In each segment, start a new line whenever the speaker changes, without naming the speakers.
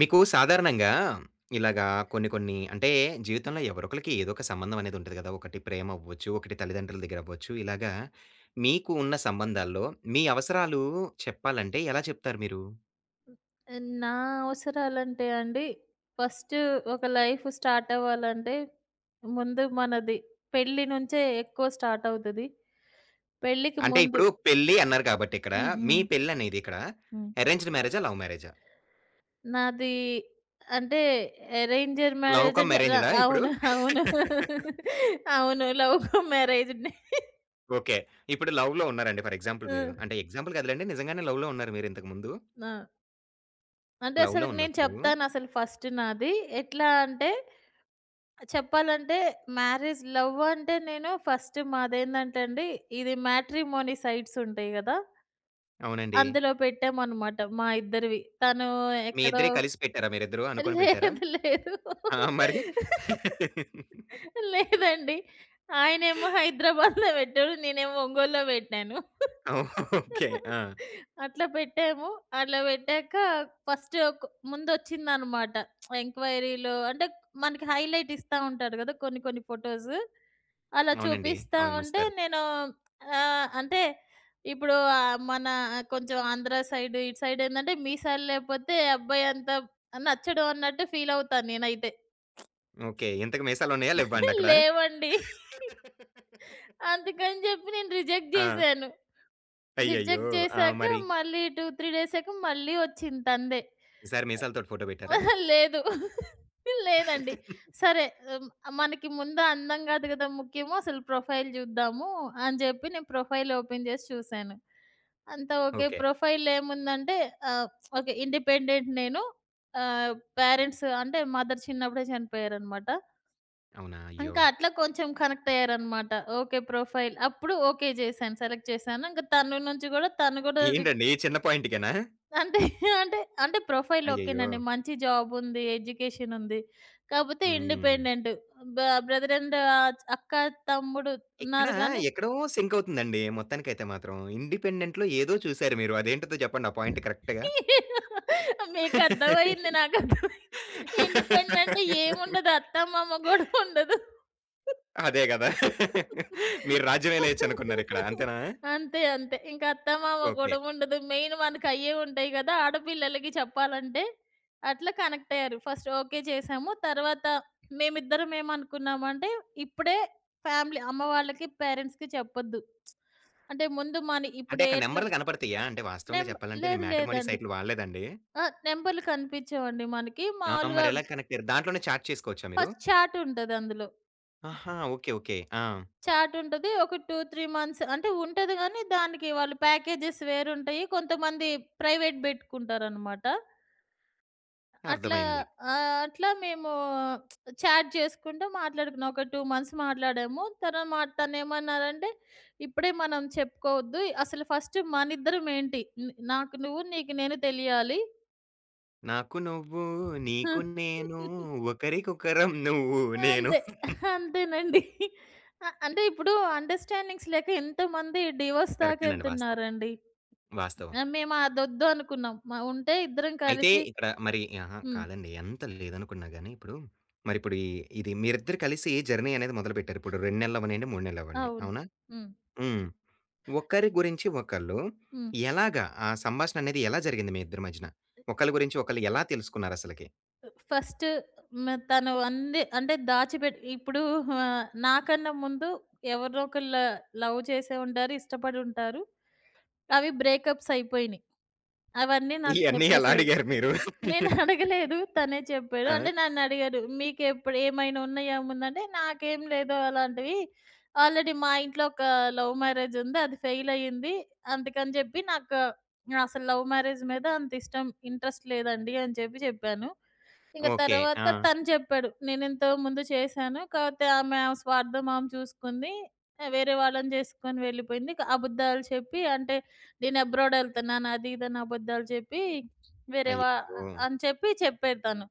మీకు సాధారణంగా ఇలాగా కొన్ని కొన్ని అంటే జీవితంలో ఎవరొకరికి ఏదో ఒక సంబంధం అనేది ఉంటది కదా! ఒకటి ప్రేమ అవ్వచ్చు, ఒకటి తల్లిదండ్రుల దగ్గర అవ్వచ్చు. ఇలాగా మీకు ఉన్న సంబంధాల్లో మీ అవసరాలు చెప్పాలంటే ఎలా చెప్తారు మీరు?
నా అవసరాలంటే అండి, ఫస్టు ఒక లైఫ్ స్టార్ట్ అవ్వాలంటే, ముందు మనది పెళ్లి నుంచే ఎక్కువ స్టార్ట్ అవుతది. పెళ్ళికి
అంటే
ముందు
ఇప్పుడు పెళ్లి అన్నారు కాబట్టి ఇక్కడ,
హ్మ్.
మీ
హ్మ్.
పెళ్లనేది ఇక్కడ
హ్మ్.
అరేంజ్డ్ మ్యారేజా? లవ్ మ్యారేజా?
నాది అంటే అరేంజ్డ్
లవ్
మ్యారేజ్
కమ్
అంటే
అరేంజ్‌డా ఇప్పుడు?
అవును. అవును. అవును. లవ్ మ్యారేజ్ ఉండే.
ఓకే. ఇప్పుడు లవ్‌లో ఉన్నారండి ఫర్ ఎగ్జాంపుల్
ఆ!
మీరు. అంటే ఎగ్జాంపుల్ కాదులెండి నిజంగానే లవ్‌లో ఉన్నారు మీరింతకుముందు.
ఆ! అంటే అసలు
లవ్‌లో
నేను
ఉన్నప్పుడు
చెప్తాను అసలు ఫస్ట్ నాది. ఎట్లా అంటే చెప్పాలంటే మ్యారేజ్ లవ్ అంటే నేను ఫస్ట్ మాదేందంటే అండి, ఇది మ్యాట్రిమోనీ సైట్స్ ఉంటాయి గదా!
అవునండి.
అందులో పెట్టామనమాట మా ఇద్దరివి. తను
మీ
ఎక్కడో
ఇద్దరే కలిసి పెట్టారా మీరిద్దరూ? అనుకోని పెట్టారా?
లేదు. లేదు.
ఆ! మరి?
లేదండి. ఆయనేమో హైదరాబాద్‌లో పెట్టాడు. నేనేమో ఒంగోలులో పెట్టాను.
ఓహ్! ఓకే. ఆ!
అట్లా పెట్టాము. అట్లా పెట్టాక ఫస్ట్ ఒక ముందొచ్చిందనమాట. ఎంక్వైరీలో అంటే మనకి హైలైట్ ఇస్తా ఉంటారు గదా! కొన్ని కొన్ని ఫోటోస్. అలా
అవునండి.
చూపిస్తా
అవును.
ఉంటే
ఇస్తారు.
నేను అంటే ఇప్పుడు మన కొంచెం ఆంధ్ర సైడ్ ఇటు సైడ్ ఏందంటే మీసాలు లేపోతే అబ్బాయి అంతా నచ్చడు అన్నట్టు ఫీలవుతాను నేనైతే.
ఓకే. ఇంతకు మీసాలున్నాయా? లెవ్వా అండి అక్కడ?
లేవండి. అందుకని జెప్పి నేను రిజెక్ట్
ఆ!
జేశాను.
అయ్యయ్యో!
రిజెక్ట్
ఆ!
జేశాక
మరి?
మళ్ళీ 2, 3 డేసాక మళ్ళీ వచ్చింది తనదే.
ఈసారి మీసాలతోటి ఫోటో పెట్టారా?
లేదు. లేదండి. సరే హ్మ్, మనకి ముందు అందం గాదు గదా ముఖ్యము. అసలు ప్రొఫైల్ జూద్దాము అని జెప్పి నేను ప్రొఫైల్ ఓపెన్ జేసి చూశాను. అంతా ఓకే.
ఓకే.
ప్రొఫైల్‌లో ఏముందంటే ఆహ్, ఓకే. ఇండిపెండెంట్ నేను. ఆహ్, పేరెంట్స్ అంటే మదర్ చిన్నప్పుడే చనిపోయారనమాట.
అవునా? అయ్యో!
ఇంకా అట్లా కొంచెం కనెక్ట్ అయ్యారనమాట. ఓకే. ప్రొఫైల్. అప్పుడు ఓకే చేశాను. సెలెక్ట్ చేశాను. ఇంక తను నుంచి గూడా తను గూడా రి
ఏంటండి? చిన్న పాయింట్‌కేనా?
అంటే అంటే అంటే ప్రొఫైల్
అయ్యయ్యో!
ఓకేనండి. మంచి జాబుంది, ఎడ్యుకేషనుంది. కాపోతే
హ్మ్.
ఇండిపెండెంట్. బ బ్రదర్ అండ్ అక్క, తమ్ముడు
ఇక్కడ
ఉన్నారు గానీ
ఎక్కడో సింక్ అవుతుందండి. మొత్తానికైతే మాత్రం. 'ఇండిపెండెంట్‌లో' ఏదో చూసారు మీరు. అదేంటిదో చెప్పండి ఆ పాయింట్ కరెక్ట్‌గా?
మీకర్థమైంది. నాకర్థమైంది. ఇండిపెండెంట్ అంటే ఏముండదు. అత్తా, మామ గొడవ ఉండదు.
అదే గదా! మీరు రాజ్యమే లేయొచ్చనుకున్నారిక్కడ. అంతేనా?
అంతే. అంతే. ఇంక అత్తా, మామ
ఓకే.
గొడవ ఉండదు. మెయిన్ మనకయ్యే ఉంటాయి గదా! ఆడపిల్లలకి చెప్పాలంటే. అట్లా కనెక్ట్ అయ్యారు. ఫస్ట్ ఓకే చేసాము. తర్వాత మేమిద్దరం ఏమనుకున్నామంటే, ఇప్పుడే ఫ్యామిలీ అమ్మ వాళ్ళకి, పేరెంట్స్‌కి చెప్పొద్దు. అంటే ముందు మన
అంటే
ఇప్పుడు
అక్కడ
ఎట్లా
నంబర్‌లు కనపడతాయా? అంటే వాస్తవంగా
నేమ్
చెప్పాలంటే నేను
లేదు
మ్యాట్రిమోనీ
లేదండి.
సైట్‌లు వాడలేదండి.
ఆ! నెంబర్‌లు కనిపించవండి మనకి.
ఆ!
మామూలుగా
మరెలా కనెక్ట్ అయ్యారు? దాంట్లోనే చాట్ చేసుకోవచ్చా మీరు?
ఫస్ట్ చాట్ ఉంటది అందులో.
ఆహా! ఓకే. ఓకే. ఆ!
చాట్ ఉంటది. ఒక 2, 3 మంత్స్ అంటే ఉంటది గానీ, దానికి వాళ్ళు ప్యాకేజెస్ వేరుంటాయి. కొంతమంది ప్రైవేట్ బెట్టుకుంటారనమాట. అట్లా
అర్థమైంది.
అట్లా మేము చాట్ చేసుకుంటూ మాట్లాడుకున్నాం. ఒక 2 మంత్స్ మాట్లాడాము. తన మా తనేమన్నారంటే, "ఇప్పుడే మనం చెప్పుకోవద్దు. అసలు ఫస్ట్ మనిద్దరం ఏంటి? నాకు నువ్వు, నీకు నేను తెలియాలి."
నాకు నువ్వు, నీకు నేను, ఒకరికొకరం నువ్వు నేను.
అంతే. అంతేనండి. అంటే ఇప్పుడు అండర్‌స్టాండింగ్స్ లేక ఎంతమంది డివోర్స్ దాకా
కరెక్టేనండి వాస్తవం.
ఎళ్తున్నారండి.
వాస్తవం.
మేము అదొద్దు అనుకున్నాం. ఉంటే ఇద్దరం
అయితే
కలిసి
ఇక్కడ మరి అహా!
హ్మ్.
కాదండి. ఎంత లేదనుకున్నా గాని ఇప్పుడు మరిప్పుడు ఈ మీరిద్దరు కలిసి జర్నీ అనేది మొదలుపెట్టారు. ఇప్పుడు 2 నెలలు అవ్వనియండి, 3 నెలలు అవ్వండి.
అవును.
అవునా?
హ్మ్.
హ్మ్. ఒకరి గురించి ఒకళ్ళు
హ్మ్.
ఎలాగా ఆ సంభాషణ అనేది ఎలా జరిగింది మీ ఇద్దరి మధ్యన? ఒకళ్ళ గురించి ఒకళ్ళు ఎలా తెలుసుకున్నారసలకి?
ఫస్ట్ తను అన్ని అంటే దాచిపెట్టి ఇప్పుడు నాకన్నా ముందు ఎవరినో ఒకళ్ళు లవ్ చేసే ఉంటారు. ఇష్టపడి ఉంటారు. అవి బ్రేకప్స్ అయిపోయినియి. అవన్నీ నాకు
ఇయన్నీ ఎలా
చెప్పేసారు.
అడిగారు మీరు?
నేను అడగలేదు. తనే చెప్పాడు.
ఆ!
అంటే నన్నడిగాడు. "మీకెప్పుడు ఏమైనా ఉన్నాయా?" ముందంటే, "నాకేం లేదు అలాంటివి. ఆల్రెడీ మా ఇంట్లో ఒక లవ్ మ్యారేజ్ ఉంది. అది ఫెయిల్ అయింది. అందుకని చెప్పి నాకు అసలు లవ్ మ్యారేజ్ మీద అంత ఇష్టం, ఇంట్రెస్ట్ లేదండి" అని చెప్పి చెప్పాను. ఇంక
ఓకే.
తర్వాత
ఆ!
తను చెప్పాడు. "నేనింతకు ముందు చేశాను. కాకపోతే ఆమె ఆమె స్వార్థం ఆమె చూసుకుంది. ఆ వేరే వాళ్ళని చేసుకొని వెళ్ళిపోయింది. ఇక అబద్ధాలు చెప్పి అంటే నేను అబ్రాడ్ ఎళ్తున్నాను అది, ఇది అని అబద్ధాలు చెప్పి వేరే వా
అయ్యో!
అని చెప్పి చెప్పేద్దాను.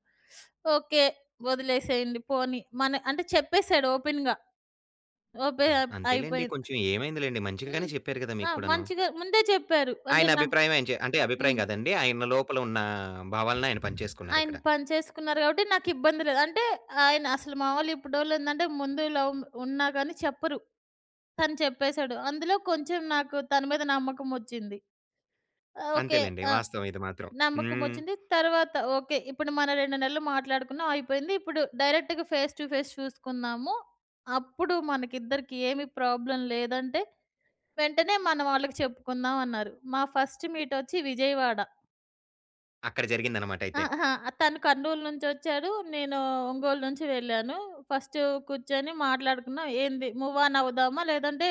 ఓకే. వదిలేసేయండి పోనీ. మన అంటే చెప్పేసాడు ఓపెన్‌గా. ఓపె
అన్ అంతేలెండి.
అయిపోయింది.
కొంచెం ఏమైందిలెండి.
హ్మ్.
మంచిగానే చెప్పారు కదా!
ఆ!
మీకు కూడాను.
మంచిగా ముందే చెప్పారు. అంటే
ఆయన
నా
అభిప్రాయం ఆయన చె అంటే అభిప్రాయం
హ్మ్.
కాదండి. ఆయన లోపల ఉన్న భావాలను ఆయన
ఆయన
పంచేసుకున్నారిక్కడ.
పని చేసుకున్నారు కాబట్టి నాకిబ్బంది లేదు. అంటే ఆయన అసలు మామూలు ఇప్పుడోళ్ళేందంటే ముందు లవ్ ఉన్నా గాని చెప్పరు. తను చెప్పేసాడు. అందులో కొంచెం నాకు తన మీద నమ్మకం ఒచ్చింది. ఆ! ఓకే.
అంతేలెండి.
ఆ!
వాస్తవం ఇది మాత్రం. హ్మ్.
నమ్మకమొచ్చింది. తర్వాత ఓకే. ఇప్పుడు మనం 2 నెలలు మాట్లాడుకున్నాం అయిపోయింది. ఇప్పుడు డైరెక్ట్‌గా ఫేస్ టు ఫేస్ చూసుకున్నాము. అప్పుడు మనకిద్దరికి ఏమి ప్రాబ్లమ్ లేదంటే, వెంటనే మన వాళ్ళకి చెప్పుకుందాం అన్నారు. మా ఫస్ట్ మీటొచ్చి విజయవాడ.
అక్కడ జరిగిందనమాట అయితే.
అహా! తను కర్నూలు నుంచొచ్చాడు. నేను ఒంగోలు నుంచి వెళ్ళాను. ఫస్ట్ కూర్చొని మాట్లాడుకున్నాం. ఏంది మూవ్ ఆన్ అవుదామా? లేదంటే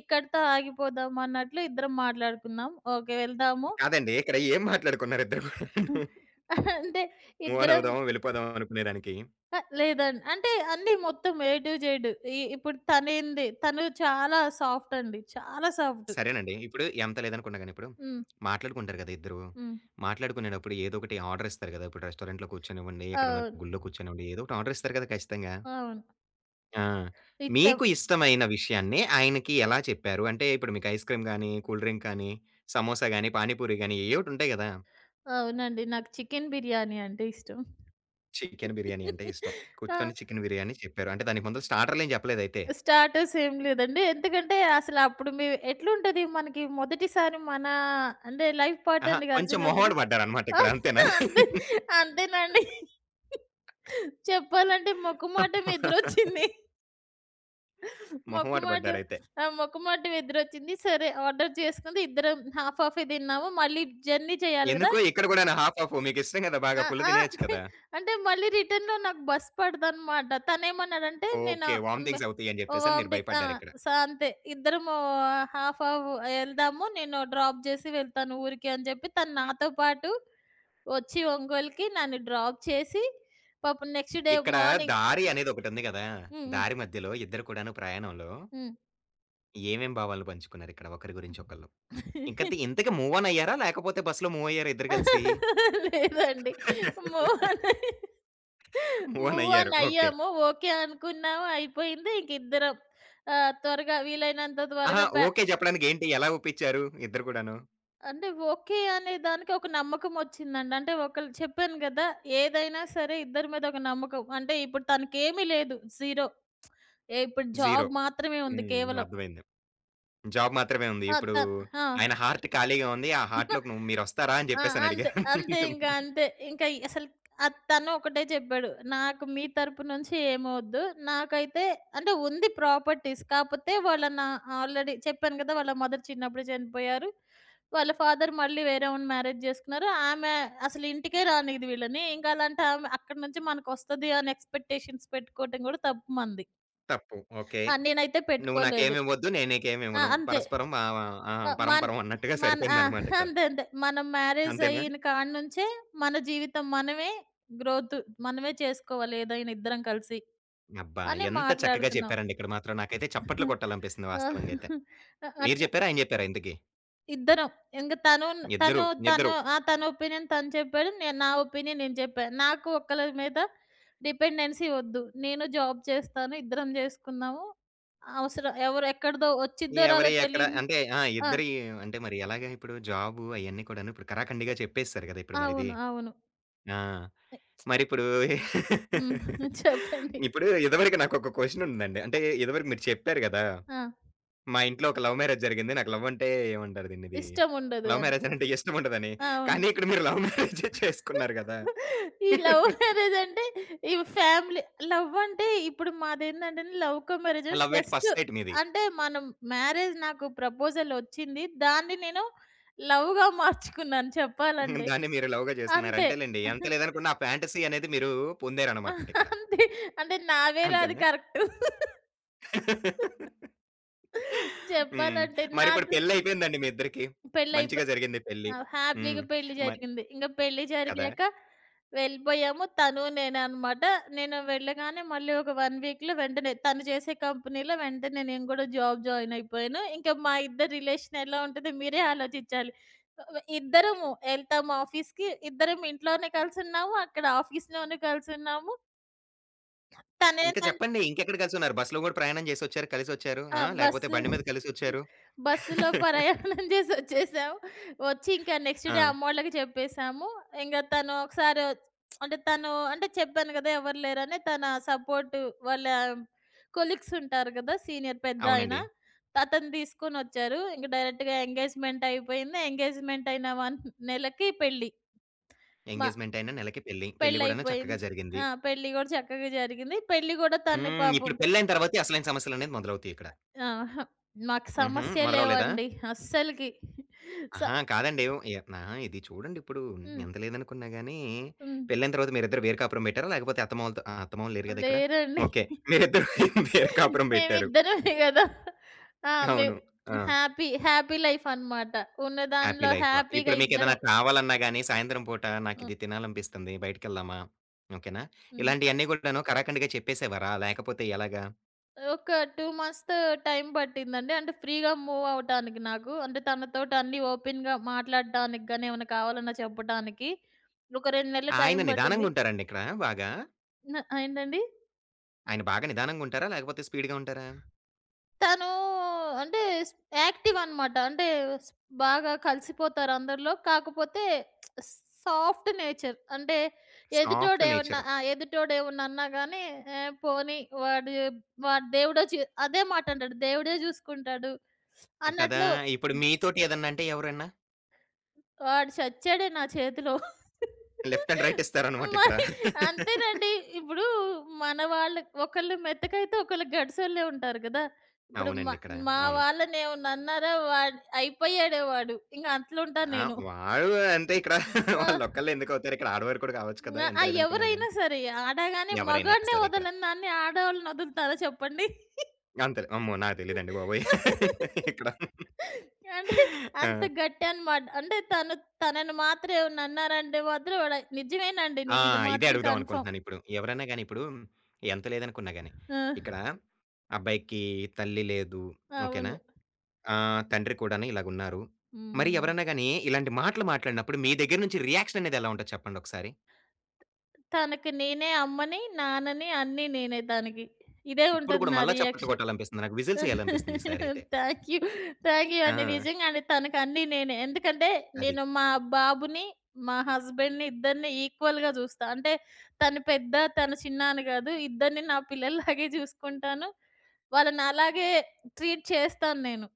ఇక్కడితో ఆగిపోదామా అన్నట్లు ఇద్దరం మాట్లాడుకున్నాం. ఓకే. వెళ్దాము.
కాదండి. ఇక్కడ ఏం మాట్లాడుకున్నారు ఇద్దరు కూడాను?
అంటే
మూవ్ ఆన్
ఇద్దరం
అవుదాం, వెళ్ళిపోదాం అనుకునే దానికి?
లేదండి. అంటే అన్నీ మొత్తం ఏ టు జెడ్. ఇప్పుడు తనేంది తను చాలా సాఫ్ట్ అండి. చాలా సాఫ్ట్.
సరేనండి. ఇప్పుడు ఎంత లేదనుకున్నా గాని ఇప్పుడు
హ్మ్.
మాట్లాడుకుంటారు గదా! ఇద్దరు.
హ్మ్.
మాట్లాడుకునేటప్పుడు ఏదో ఒకటి ఆర్డర్ ఇస్తారు గదా! ఇప్పుడు రెస్టారెంట్‌లో కూర్చొనివ్వండి, ఎక్కడన్నా
అవును.
గుళ్ళో కూర్చొనివ్వండి, ఏదో ఒకటి ఆర్డర్ ఇస్తారు గదా! ఖచ్చితంగా.
అవును.
ఆ!
ఇచ్చాం.
మీకు ఇష్టమైన విషయాన్ని ఆయనకి ఎలా చెప్పారు? అంటే ఇప్పుడు మీకు ఐస్ క్రీమ్ గాని, కూల్ డ్రింక్ కానీ, సమోసా గాని, పానీపూరి గాని ఏయో ఒకటి ఉంటాయి గదా!
అవునండి. నాకు చికెన్ బిర్యానీ అంటే ఇష్టం.
చికెన్ బిర్యానీ అంటే ఇష్టం.
ఆ!
కూర్చొని చికెన్ బిర్యానీ చెప్పారు. అంటే దానికి ముందు స్టార్టర్‌లేం చెప్పలేదయితే.
స్టార్టర్స్ ఏం లేదండి. ఎందుకంటే అసలు అప్పుడు ఎట్లుంటది మనకి మొదటిసారి మన అంటే లైఫ్
అహా!
పార్ట్నర్‌ని
కొంచెం
కలిసినప్పుడు
మొహమాట పడ్డారనమాట
ఆ,
ఇక్కడ అంతేనా?
అంతే అంతేనండి. చెప్పాలంటే మొఖమాటం ఎదురొచ్చింది.
మొహమాట
మొక్కుమాటం
పడ్డారైతే.
ఆ! మొక్కుమాటం ఎదురొచ్చింది. సరే ఆర్డర్ చేసుకుంది. ఇద్దరం హాఫ్ హాఫే తిన్నాము. మళ్ళీ జర్నీ చేయాలి గదా!
ఎందుకు? ఇక్కడ గూడానా హాఫ్ హాఫు. మీకిష్టం గదా! బాగా
ఆ!
పుల్ల
ఆ!
తినేయొచ్చు కదా!
అంటే మళ్ళీ రిటర్న్‌లో నాకు బస్ పడదనమాట. తనేమన్నాడంటే నేను
ఓకే.
మె
వామిటింగ్స్ అవుతాయని జెప్పేసని మీరు
వామిటింగ్ ఆ!
భయపడ్డారిక్కడ.
అంతే. ఇద్దరము హాఫ్ హాఫ్ ఎళ్దాము. నేను డ్రాప్ జేసి వెళ్తాను ఊరికి అని జెప్పి తను నాతో పాటు వచ్చి ఒంగోలుకి నన్ను డ్రాప్ చేసి పాపం నెక్స్ట్ డే
ఇక్కడ ఇక్కడ
మార్నింగ్
దారి అనేదొకటుంది గదా!
హ్మ్.
దారి మధ్యలో ఇద్దరు కూడాను ప్రయాణంలో
హ్మ్.
ఏమేం భావాలు పంచుకున్నారిక్కడ ఒకరి గురించి ఒకళ్ళు?
హ్మ్.
ఇంకతే ఇంతకి మూవ్ ఆన్ అయ్యారా? లేకపోతే బస్‌లో మూవ్ అయ్యారా ఇద్దరు కలిసి?
లేదండి. మూవ్ ఆన్ అయ్
మూవ్ ఆన్
మూవ్
అయ్యారు.
On
okay.
అయ్యాము. ఓకే అనుకున్నాము. అయిపోయింది. ఇంక ఇద్దరం త్వరగా వీలైనంత
అహా!
త్వరగా
ఓకే చెప్పడానికి ఏంటి? ఎలా ఒప్పించారు ఇద్దరు కూడాను?
అంటే ఓకే అనే దానికి ఒక నమ్మకం వచ్చిందండి. అంటే ఒకళ్ళు చెప్పాను గదా! ఏదైనా సరే ఇద్దరి మీద ఒక నమ్మకం. అంటే ఇప్పుడు తనకేమీ లేదు. జీరో. ఇప్పుడు
జీరో.
జాబ్ మాత్రమే ఉంది
హ్మ్.
కేవలం.
అర్థమైంది. జాబ్ మాత్రమే ఉంది.
ఆ!
ఇప్పుడు
ఆ!
ఆయన హార్ట్ ఖాళీగా ఉంది. ఆ హార్ట్‌లోకి నువ్వు మీరొస్తారా అని
ఆ!
జెప్పేసని
అంతే.
అడిగారు.
అంతే ఇంక అంతే. ఇంక అసలు తను ఒకటే చెప్పాడు. నాకు మీ తరపు నుంచి ఏమొద్దు. నాకైతే అంటే ఉంది ప్రాపర్టీస్. కాపోతే వాళ్ళ నా ఆల్రెడీ చెప్పాను కదా! వాళ్ళ మదర్ చిన్నప్పుడే చనిపోయారు. వాళ్ళ ఫాదర్ మళ్ళీ వేరేవాడిని మ్యారేజ్ చేసుకున్నారు. ఆమె అసలు ఇంటికే రానీయదు వీళ్ళని. ఇంక అలాంటి ఆమె అక్కడి నుంచి మనకొస్తది అని ఎక్స్‌పెక్టేషన్స్ పెట్టుకోవటం కూడా తప్పు మనది.
తప్పు. ఓకే.
ఆ! నేనైతే
నువ్వు
పెట్టుకోలేదు.
నాకేమివ్వద్దు. నేను
ఆ!
నీకేమివ్వను.
అంతే.
పరస్పరం ఆహ్, ఆ!
ఆ!
పరంపరం అన్నట్టుగా
మన ఆ!
సరిపోయిందనమాట ఇక్కడ.
అంతే అంతే. మనం మ్యారేజ్
అంతేనా?
అయిన కాడ్నుంచే మన జీవితం మనమే గ్రోత్ మనమే చేసుకోవాలి ఏదైనా ఇద్దరం కలిసి
అబ్బా!
అని
ఎంత చక్కగా
మాట్లాడుకున్నాం.
చెప్పారండి ఇక్కడ మాత్రం. నాకైతే చప్పట్లు కొట్టాలనిపిస్తుంది
ఆ!
వాస్తవంగా అయితే. మీరు
అట్లా
చెప్పారా? ఆయన చెప్పారా ఇంతకి?
ఇద్దరం. ఇంక తను తను
ఇద్దరు.
తను
ఇద్దరు.
ఆ! తన ఒపీనియన్ తను చెప్పాడు. నేను నా ఒపీనియన్ నేను చెప్పాను. నాకు ఒకళ్ళ మీద డిపెండెన్సీ వద్దు. నేను జాబ్ చేస్తాను. ఇద్దరం జేసుకుందాము. అవసరం ఎవరు ఎక్కడిదో వచ్చిద్దో రాదో
ఎవరి ఎక్కడ
తెలీదు
అంటే ఆ!
ఆ!
ఇద్దరి అంటే మరి ఎలాగా ఇప్పుడు జాబు అయన్నీ కూడాను ఇప్పుడు కరాకండిగా చెప్పేసారు కదా! ఇప్పుడు మరిది.
అవును. అవును.
ఆ! మరిప్పుడు ఇప్పుడు
హ్మ్. చెప్పండి.
ఇప్పుడు ఇదివరకు నాకొక క్వెషన్ ఉందండి. అంటే ఇదివరకు మీరు చెప్పారు గదా!
ఆ!
మా ఇంట్లో ఒక లవ్ మ్యారేజ్ జరిగింది. నాకు లవ్ అంటే ఏమంటారు దీన్నిది?
ఇష్టముండదు
లవ్
అని.
మ్యారేజ్ అనంటే ఇష్టముండదని.
అవును.
కానీ ఇక్కడ మీరు లవ్ మ్యారేజే చేసుకున్నారు గదా!
ఈ లవ్ మ్యారేజ్ అంటే ఈ ఫ్యామిలీ లవ్ అంటే ఇప్పుడు మాదేందంటే love come marriage
love at
just
first sight మీది.
అంటే మనం మ్యారేజ్ నాకు ప్రపోజల్ వచ్చింది. దాన్ని నేను లవ్‌గా మార్చుకున్నాను చెప్పాలంటే.
దాన్ని మీరు లవ్‌గా చేసుకున్నారు.
అంతే.
అంటేలెండి ఎంత లేదనుకున్న ఆ ఫ్యాంటసీ అనేది మీరు పొందారనమాట ఇక్కడ.
అంతే. అంటే నా వేలో అది
అంతేనా?
కరెక్ట్.
హ్మ్.
చెప్పాలంటే
మరిప్పుడు
నాది
పెళ్లయిపోయిందండి మీ ఇద్దరికి.
పెళ్ళైపోయాక
మంచిగా జరిగింది పెళ్లి.
ఆ!
హ్మ్.
హ్యాపీగా పెళ్లి
మ
జరిగింది. ఇంక పెళ్లి
కదా!
జరిగాక వెళ్ళిపోయాము. తను నేనే అనమాట. నేను వెళ్ళగానే మళ్ళీ ఒక 1 వీక్‌లో వెంటనే తను చేసే కంపెనీలో వెంటనే నేను గూడా జాబ్ జాయిన్ అయిపోయాను. ఇంక మా ఇద్దరి రిలేషన్ ఎలా ఉంటదో మీరే ఆలోచించాలి. ఇద్దరము ఎళ్తాము ఆఫీస్‌కి. ఇద్దరం ఇంట్లోనే కలిసున్నాము. అక్కడ ఆఫీస్‌లోనే కలిసున్నాము.
ఇంకా
తనేంటంటే
చెప్పండి. ఇంకెక్కడ కలిసున్నారు? బస్‌లో గూడా ప్రయాణం చేసొచ్చారు, కలిసొచ్చారు.
ఆ!
ఆ! లేకపోతే బండి మీద కలిసొచ్చారు.
బస్సులో ప్రయాణం చేసొచ్చేసాం. వచ్చి ఇంకా నెక్స్ట్
ఆ!
డే అమ్మోళ్ళకి చెప్పేసాము. ఇంగ తను ఒకసారి అంటే తను అంటే చెప్పాను గదా! ఎవరు లేరని తన సపోర్ట్ వాళ్ళ కొలీగ్స్ ఉంటారు గదా! సీనియర్ పెద్దాయన.
అవునండి.
అతను తీసుకొనొచ్చారు. ఇంక డైరెక్ట్‌గా ఎంగేజ్‌మెంట్ అయిపోయింది. ఎంగేజ్‌మెంట్ అయిన 1 నెలకి పెళ్లి. మా
ఎంగేజ్‌మెంట్ అయినా నెలకి పెళ్లి. పెళ్లి గూడాను
పెళ్లయిపోయింది.
చక్కగా
ఆ!
జరిగింది.
పెళ్లి గూడా చక్కగా జరిగింది. పెళ్లి గూడా తన్ని
హ్మ్.
పాపం
ఇప్పుడు పెళ్లయిన తర్వాతే అసలైన సమస్యలనేది మొదలవుతాయి ఇక్కడ.
ఆహా! మాకు
హుహు.
సమస్య
మొదలవ్వలేదా?
లేవండి అస్సలకి. స
అహా! కాదండి. ఎ ఆహా! ఇది చూడండిప్పుడు
హ్మ్.
ఎంత లేదనుకున్నా గాని,
హ్మ్.
పెళ్లైన తర్వాత మీరిద్దరు వేరు కాపురం పెట్టారా? లేకపోతే అత్తమామలతో ఆ! అత్తమామలు లేరు గదా! ఇక్కడ.
లేరండి.
ఓకే. మీరిద్దరు వేరు కాపురం పెట్టారు.
మేమిద్దరమే గదా! ఆ!
అవును. ఆ!
హ్యాపీ, హ్యాపీ లైఫ్ అనమాట. ఉన్న
హ్యాపీ
దానిలో
లైఫ్.
హ్యాపీగా
ఇప్పుడు మీకేదైనా
ఇద్దరం.
కావాలన్నా గాని, సాయంత్రం పూట
హ్మ్.
నాకిది తినాలనిపిస్తుంది. బయటికెళ్దామా? ఓకేనా?
హ్మ్.
ఇలాంటియన్నీ గూడాను కరాకండిగా చెప్పేసేవారా? లేకపోతే ఎలాగా?
ఒక 2 మంత్స్‌తో టైం పట్టిందండి. అంటే ఫ్రీగా మూవ్ అవ్వటానికి నాకు. అంటే తనతోటి అన్నీ ఓపెన్‌గా మాట్లాడటానికి గాని, ఏమైనా కావాలన్నా చెప్పటానికి. ఒక 2 నెలలు టైం
ఆయన
పట్టింది.
నిదానంగుంటారండి ఇక్కడ బాగా.
న ఏంటండి?
ఆయన బాగా నిదానంగా ఉంటారా? లేకపోతే స్పీడ్‌గా ఉంటారా?
తను అంటే స్ యాక్టివ్ అనమాట. అంటే స్ బాగా కలిసిపోతారు అందరిలో. కాకపోతే సాఫ్ట్ నేచర్. అంటే ఎదుటోడు
సాఫ్ట్
ఏమన్నా
నేచరు.
ఆ! ఎదుటోడు ఏమన్నా అన్నా గాని "ఏహ్! పోనీ వాడు వాడు దేవుడే చే" అదే మాట అంటాడు. దేవుడే చూసుకుంటాడు
కదా!
అన్నట్లు
ఇప్పుడు మీతోటి ఏదన్నా అంటే ఎవరన్నా?
వాడు చచ్చాడే నా చేతిలో.
లెఫ్ట్ అండ్ రైట్ ఇస్తారనమాట ఇక్కడ.
మరి అంతేనండి. ఇప్పుడు మన వాళ్ళు ఒకళ్ళు మెత్తకైతే ఒకళ్ళు గడిసోళ్ళే ఉంటారు గదా! ఇప్పుడు మా
అవునండి. ఇక్కడ.
మా
అవును.
వాళ్ళనేమన్నాన్నారా వాడు అయిపోయాడే వాడు. ఇంక అట్లుంటా
ఆ!
నేను.
వాళ్ళు అంతే ఇక్కడ.
ఆ!
వాళ్ళొక్కళ్ళే ఎందుకవుతారు? ఇక్కడ ఆడవారు కూడా కావచ్చు కదా! ఎంత
ఆ!
లేదనుకున్నా
ఎవరైనా
గాని.
సరే ఆడగాని
ఎవరైనా
మగాడినే
సరే ఇక్కడ.
వదలను దాన్ని ఆడోళ్ళని వదులుతారా చెప్పండి?
అంతేలే. అమ్మో! నాకు తెలీదండి బాబోయ్! ఇక్కడ.
అంటే
ఆ!
అంత గట్టి అనమాట. అంటే తనని మాత్రం ఏమన్నా అన్నారంటే మాత్రం నిజమేనండి.
ఆ!
నేనిది
ఇదే
మాత్రం
అడుగుదాం
కన్ఫర్మ్.
అనుకుంటున్నానిప్పుడు. ఎవరన్నా గాని ఇప్పుడు ఎంత లేదనుకున్నా గాని,
ఆ!
ఇక్కడ అబ్బాయికి తల్లి లేదు ఓకేనా?
అవును.
ఆ! తండ్రి కూడాను ఇలాగున్నారు. మరి
హ్మ్.
ఎవరన్నా గాని ఇలాంటి మాటలు మాట్లాడినప్పుడు మీ దగ్గర నుంచి రియాక్షన్ అనేది ఎలా ఉంటది చెప్పండి ఒకసారి?
తనకి నేనే అమ్మని, నాన్నని అన్నీ నేనే తనకి. ఇదే
ఇప్పుడు
ఉంటది
కూడా
నా
మళ్ళా చప్పట్లు
రియాక్షన్.
కొట్టాలనిపిస్తుంది. నాకు విజిల్స్ ఎయ్యాలనిపిస్తుంది ఈసారైతే.
Thank you. థాంక్ యూ అండి.
ఆ!
నిజంగా అండి తనకు అన్నీ నేనే. ఎందుకంటే
అది.
నేను మా బాబుని, మా హస్బెండ్‌ని ఇద్దరిని ఈక్వల్‌గా చూస్తా. అంటే తను పెద్ద, తను చిన్న అని కాదు. ఇద్దరిని నా పిల్లల్లాగే చూసుకుంటాను. వాళ్ళని అలాగే ట్రీట్ చేస్తాను నేను.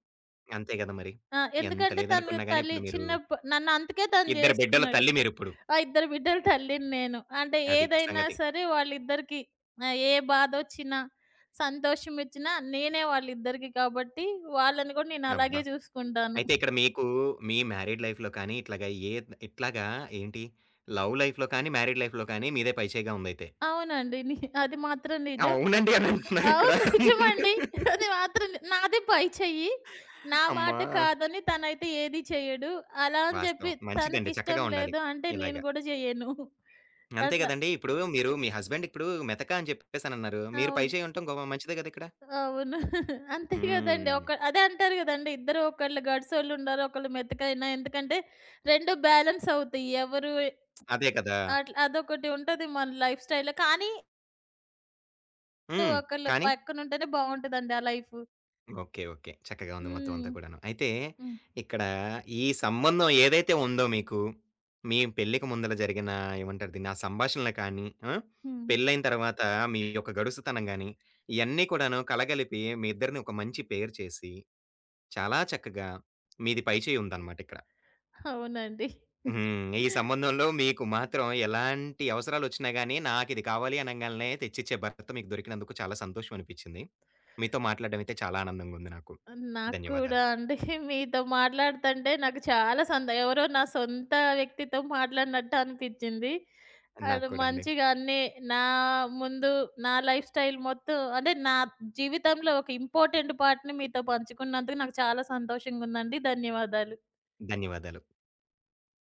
అంతే గదా! మరి.
ఆ!
ఎంత
ఎందుకంటే తను
లేదనుకున్నా గాని
తల్లి
ఇప్పుడు మీరు
చిన్నప్పు నన్ను అందుకే తను
ఇద్దరు బిడ్డల
చేసుకున్నాడు.
తల్లి మీరిప్పుడు.
ఆ! ఇద్దరు బిడ్డల తల్లిని నేను. అంటే
అది
ఏదైనా
సంగతి.
సరే వాళ్ళిద్దరికీ ఏ బాధొచ్చినా, సంతోషమొచ్చినా నేనే వాళ్ళిద్దరికీ కాబట్టి, వాళ్ళని గూడా నేను
అబ్బా!
అలాగే చూసుకుంటాను.
అయితే ఇక్కడ మీకు మీ మ్యారీడ్ లైఫ్‌లో కానీ ఇట్లాగా ఏ ఇట్లాగా ఏంటి లవ్ లైఫ్‌లో కానీ, మ్యారీడ్ లైఫ్‌లో కానీ మీదే పైచేయిగా ఉందయితే.
అవునండి. అది మాత్రం నిజం.
అవునండి అని అంటున్నారిక్కడ.
అవును. నిజమండి. అది మాత్రం నాది పై చెయ్యి. నా మాట
అమ్మా!
కాదని తనైతే ఏది చెయ్యడు. అలా అని జెప్పి
వాస్తవం. మంచిదండి.
తనకిష్టం
చక్కగా ఉండాలి.
లేదు అంటే
ఇలాగ.
నేను గూడా జెయ్యను.
అంతే
అట్లా.
గదండీ! ఇప్పుడు మీరు మీ హస్బెండ్ ఇప్పుడు మెతక అని చెప్పేసనన్నారు. మీరు పై
అవును.
చేయి ఉండటం గొ మంచిదే గదా! ఇక్కడ.
అవును. అంతే గదండీ.
హ్మ్.
ఒక అదే అంటారు గదండీ. ఇద్దరు ఒకళ్ళు గడుసోళ్ళుండారు. ఒకళ్ళు మెతకైనా ఎందుకంటే 2 బ్యాలెన్స్ అవుతాయి. ఎవరు
అదే కదా!
అట్లా అదొకటి ఉంటది మన లైఫ్ స్టైల్‌లో. కానీ
హ్మ్.
ఒకళ్ళు
కానీ?
పక్కనుంటేనే బావుంటదండి ఆ లైఫు.
ఓకే. ఓకే. చక్కగా ఉంది మొత్తం
హ్మ్.
అంతా కూడాను. అయితే
హ్మ్.
ఇక్కడ ఈ సంబంధం ఏదైతే ఉందో మీకు, మీ పెళ్ళికి ముందల జరిగిన ఏమంటారు దీన్ని? ఆ సంభాషణలు కానీ, ఆ!
హ్మ్.
పెళ్లైన తర్వాత మీ యొక్క గడుసుతనం గాని, ఇయన్నీ కూడాను కలగలిపి మీ ఇద్దరిని ఒక మంచి పెయిర్ చేసి, చాలా చక్కగా మీది పై చేయి ఉందన్నమాట ఇక్కడ.
అవునండి.
హ్మ్. ఈ సంబంధంలో మీకు మాత్రం ఎలాంటి అవసరాలొచ్చినా గాని, నాకిది కావాలి అనంగాల్నే తెచ్చిచ్చే భర్త మీకు దొరికినందుకు చాలా సంతోషం అనిపిచ్చింది. మీతో మాట్లాడడం అయితే చాలా ఆనందంగుంది నాకు.
నాకు కూడా
ధన్యవాదాలు.
అండి. మీతో మాట్లాడుతంటే నాకు చాలా ఎవరో నా సొంత వ్యక్తితో మాట్లాడినట్టు అనిపిచ్చింది.
నాకు
అది
కూడా అండి.
మంచిగా అన్నీ నా ముందు నా లైఫ్ స్టైల్ మొత్తం అంటే నా జీవితంలో ఒక ఇంపార్టెంట్ పార్ట్‌ని మీతో పంచుకున్నందుకు నాకు చాలా సంతోషంగుందండి. ధన్యవాదాలు.
ధన్యవాదాలు.